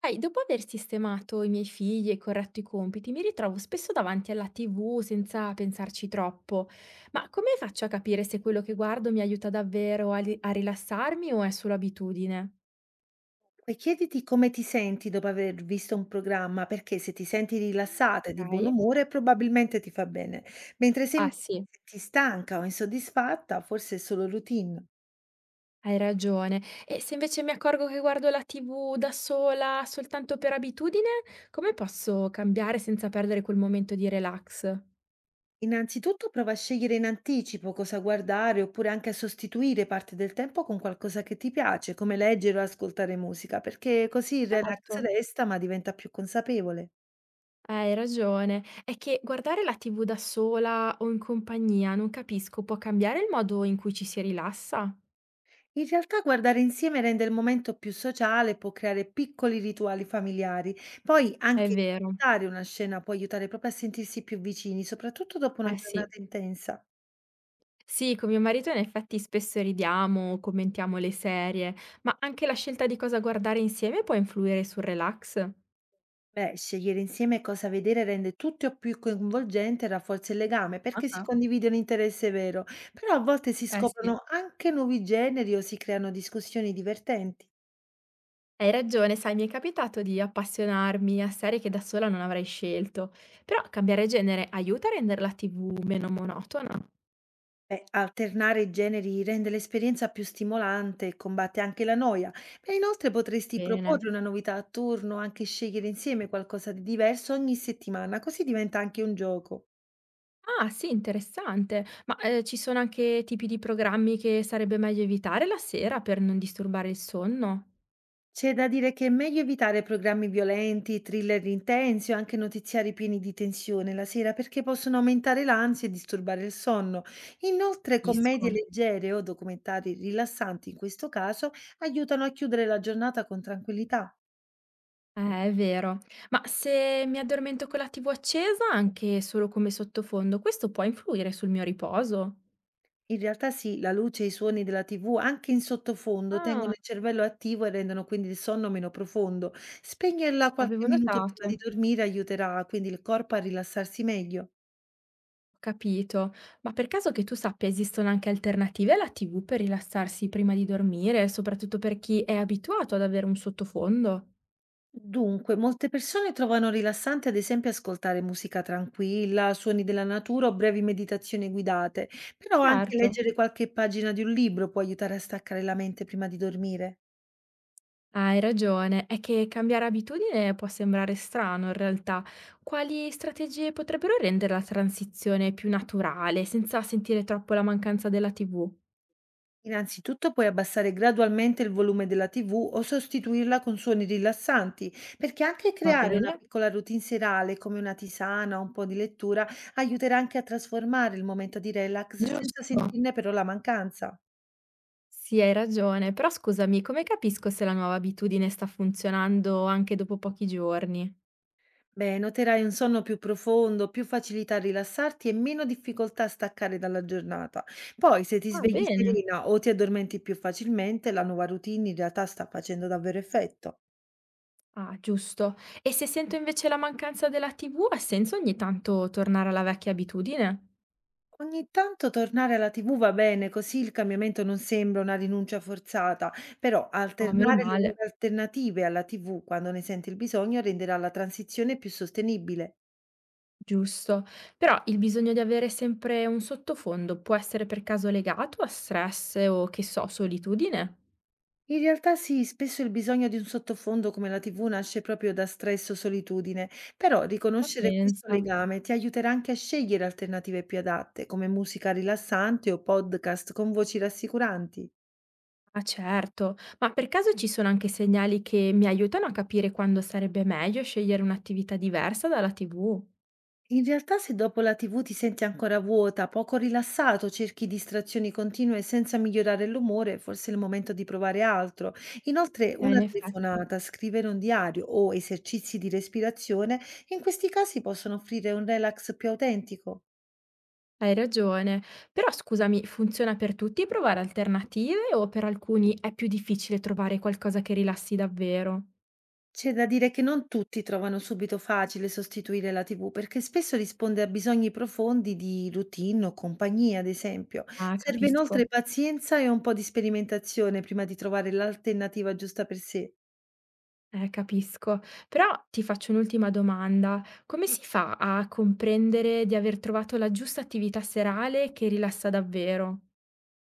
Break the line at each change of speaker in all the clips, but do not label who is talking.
Sai, dopo aver sistemato i miei figli e corretto i compiti, mi ritrovo spesso davanti alla TV senza pensarci troppo. Ma come faccio a capire se quello che guardo mi aiuta davvero a, a rilassarmi o è solo abitudine?
Poi chiediti come ti senti dopo aver visto un programma, perché se ti senti rilassata e di buon
Ok?
umore probabilmente ti fa bene, mentre se
Ah
invece
sì,
ti senti stanca o insoddisfatta, forse è solo routine.
hai ragione. E se invece mi accorgo che guardo la TV da sola soltanto per abitudine, come posso cambiare senza perdere quel momento di relax?
Innanzitutto prova a scegliere in anticipo cosa guardare oppure anche a sostituire parte del tempo con qualcosa che ti piace, come leggere o ascoltare musica, perché così il relax
Certo.
resta ma diventa più consapevole.
Hai ragione. È che guardare la TV da sola o in compagnia, non capisco, può cambiare il modo in cui ci si rilassa?
In realtà guardare insieme rende il momento più sociale, può creare piccoli rituali familiari. Poi
È
anche
vero.
commentare una scena può aiutare proprio a sentirsi più vicini, soprattutto dopo una
Eh sì.
giornata intensa.
Sì, con mio marito in effetti spesso ridiamo, commentiamo le serie, ma anche la scelta di cosa guardare insieme può influire sul relax?
Beh, scegliere insieme cosa vedere rende tutto più coinvolgente e rafforza il legame perché si
Ah,
condivide un interesse vero, però a volte si
eh sì.
scoprono anche nuovi generi o si creano discussioni divertenti.
Hai ragione, sai, mi è capitato di appassionarmi a serie che da sola non avrei scelto, però cambiare genere aiuta a rendere la TV meno monotona.
Beh, alternare i generi rende l'esperienza più stimolante e combatte anche la noia. E inoltre potresti
Bene.
proporre una novità a turno, anche scegliere insieme qualcosa di diverso ogni settimana, così diventa anche un gioco.
Ah sì, interessante. Ma, ci sono anche tipi di programmi che sarebbe meglio evitare la sera per non disturbare il sonno?
C'è da dire che è meglio evitare programmi violenti, thriller intensi o anche notiziari pieni di tensione la sera perché possono aumentare l'ansia e disturbare il sonno. Inoltre,
Capisco.
commedie leggere o documentari rilassanti in questo caso aiutano a chiudere la giornata con tranquillità.
È vero. Ma se mi addormento con la TV accesa, anche solo come sottofondo, questo può influire sul mio riposo?
In realtà sì, la luce e i suoni della TV, anche in sottofondo, tengono
Ah,
il cervello attivo e rendono quindi il sonno meno profondo. Spegnerla
avevo
qualche minuto prima di
notato.
dormire aiuterà quindi il corpo a rilassarsi meglio.
Ho capito. Ma per caso che tu sappia esistono anche alternative alla TV per rilassarsi prima di dormire, soprattutto per chi è abituato ad avere un sottofondo?
Dunque, molte persone trovano rilassante ad esempio ascoltare musica tranquilla, suoni della natura o brevi meditazioni guidate, però anche
Certo.
leggere qualche pagina di un libro può aiutare a staccare la mente prima di dormire.
Hai ragione, è che cambiare abitudine può sembrare strano in realtà. Quali strategie potrebbero rendere la transizione più naturale, senza sentire troppo la mancanza della TV?
Innanzitutto puoi abbassare gradualmente il volume della TV o sostituirla con suoni rilassanti, perché anche
Va
creare una
bene?
piccola routine serale come una tisana o un po' di lettura aiuterà anche a trasformare il momento di relax senza
Giusto.
sentirne però la mancanza.
Sì, hai ragione, però scusami, come capisco se la nuova abitudine sta funzionando anche dopo pochi giorni?
Beh, noterai un sonno più profondo, più facilità a rilassarti e meno difficoltà a staccare dalla giornata. Poi, se ti
Va
svegli
bene.
serena o ti addormenti più facilmente, la nuova routine in realtà sta facendo davvero effetto.
Ah, giusto. E se sento invece la mancanza della TV, ha senso ogni tanto tornare alla vecchia abitudine?
Ogni tanto tornare alla TV va bene, così il cambiamento non sembra una rinuncia forzata, però
Oh, meno
alternare le
male.
nuove alternative alla TV quando ne senti il bisogno renderà la transizione più sostenibile.
Giusto. Però il bisogno di avere sempre un sottofondo può essere per caso legato a stress o, che so, solitudine?
In realtà sì, spesso il bisogno di un sottofondo come la TV nasce proprio da stress o solitudine, però
Ma
riconoscere questo
pensa.
legame ti aiuterà anche a scegliere alternative più adatte, come musica rilassante o podcast con voci rassicuranti.
Ah certo, ma per caso ci sono anche segnali che mi aiutano a capire quando sarebbe meglio scegliere un'attività diversa dalla TV?
In realtà se dopo la TV ti senti ancora vuota, poco rilassato, cerchi distrazioni continue senza migliorare l'umore, forse è il momento di provare altro. Inoltre
In
una
effetti,
telefonata, scrivere un diario o esercizi di respirazione in questi casi possono offrire un relax più autentico.
hai ragione. Però scusami, funziona per tutti provare alternative o per alcuni è più difficile trovare qualcosa che rilassi davvero?
C'è da dire che non tutti trovano subito facile sostituire la TV, perché spesso risponde a bisogni profondi di routine o compagnia, ad esempio.
Ah,
Serve inoltre
capisco.
pazienza e un po' di sperimentazione prima di trovare l'alternativa giusta per sé.
Capisco. Però ti faccio un'ultima domanda. Come si fa a comprendere di aver trovato la giusta attività serale che rilassa davvero?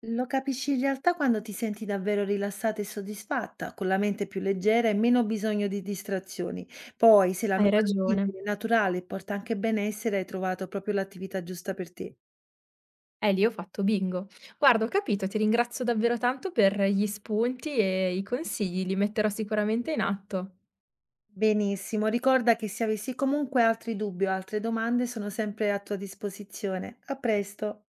Lo capisci in realtà quando ti senti davvero rilassata e soddisfatta, con la mente più leggera e meno bisogno di distrazioni. Poi, se la
Hai
nuova routine
ragione.
è naturale e porta anche benessere, hai trovato proprio l'attività giusta per te.
Lì ho fatto bingo. Guarda, ho capito, ti ringrazio davvero tanto per gli spunti e i consigli, li metterò sicuramente in atto.
Benissimo, ricorda che se avessi comunque altri dubbi o altre domande sono sempre a tua disposizione. A presto!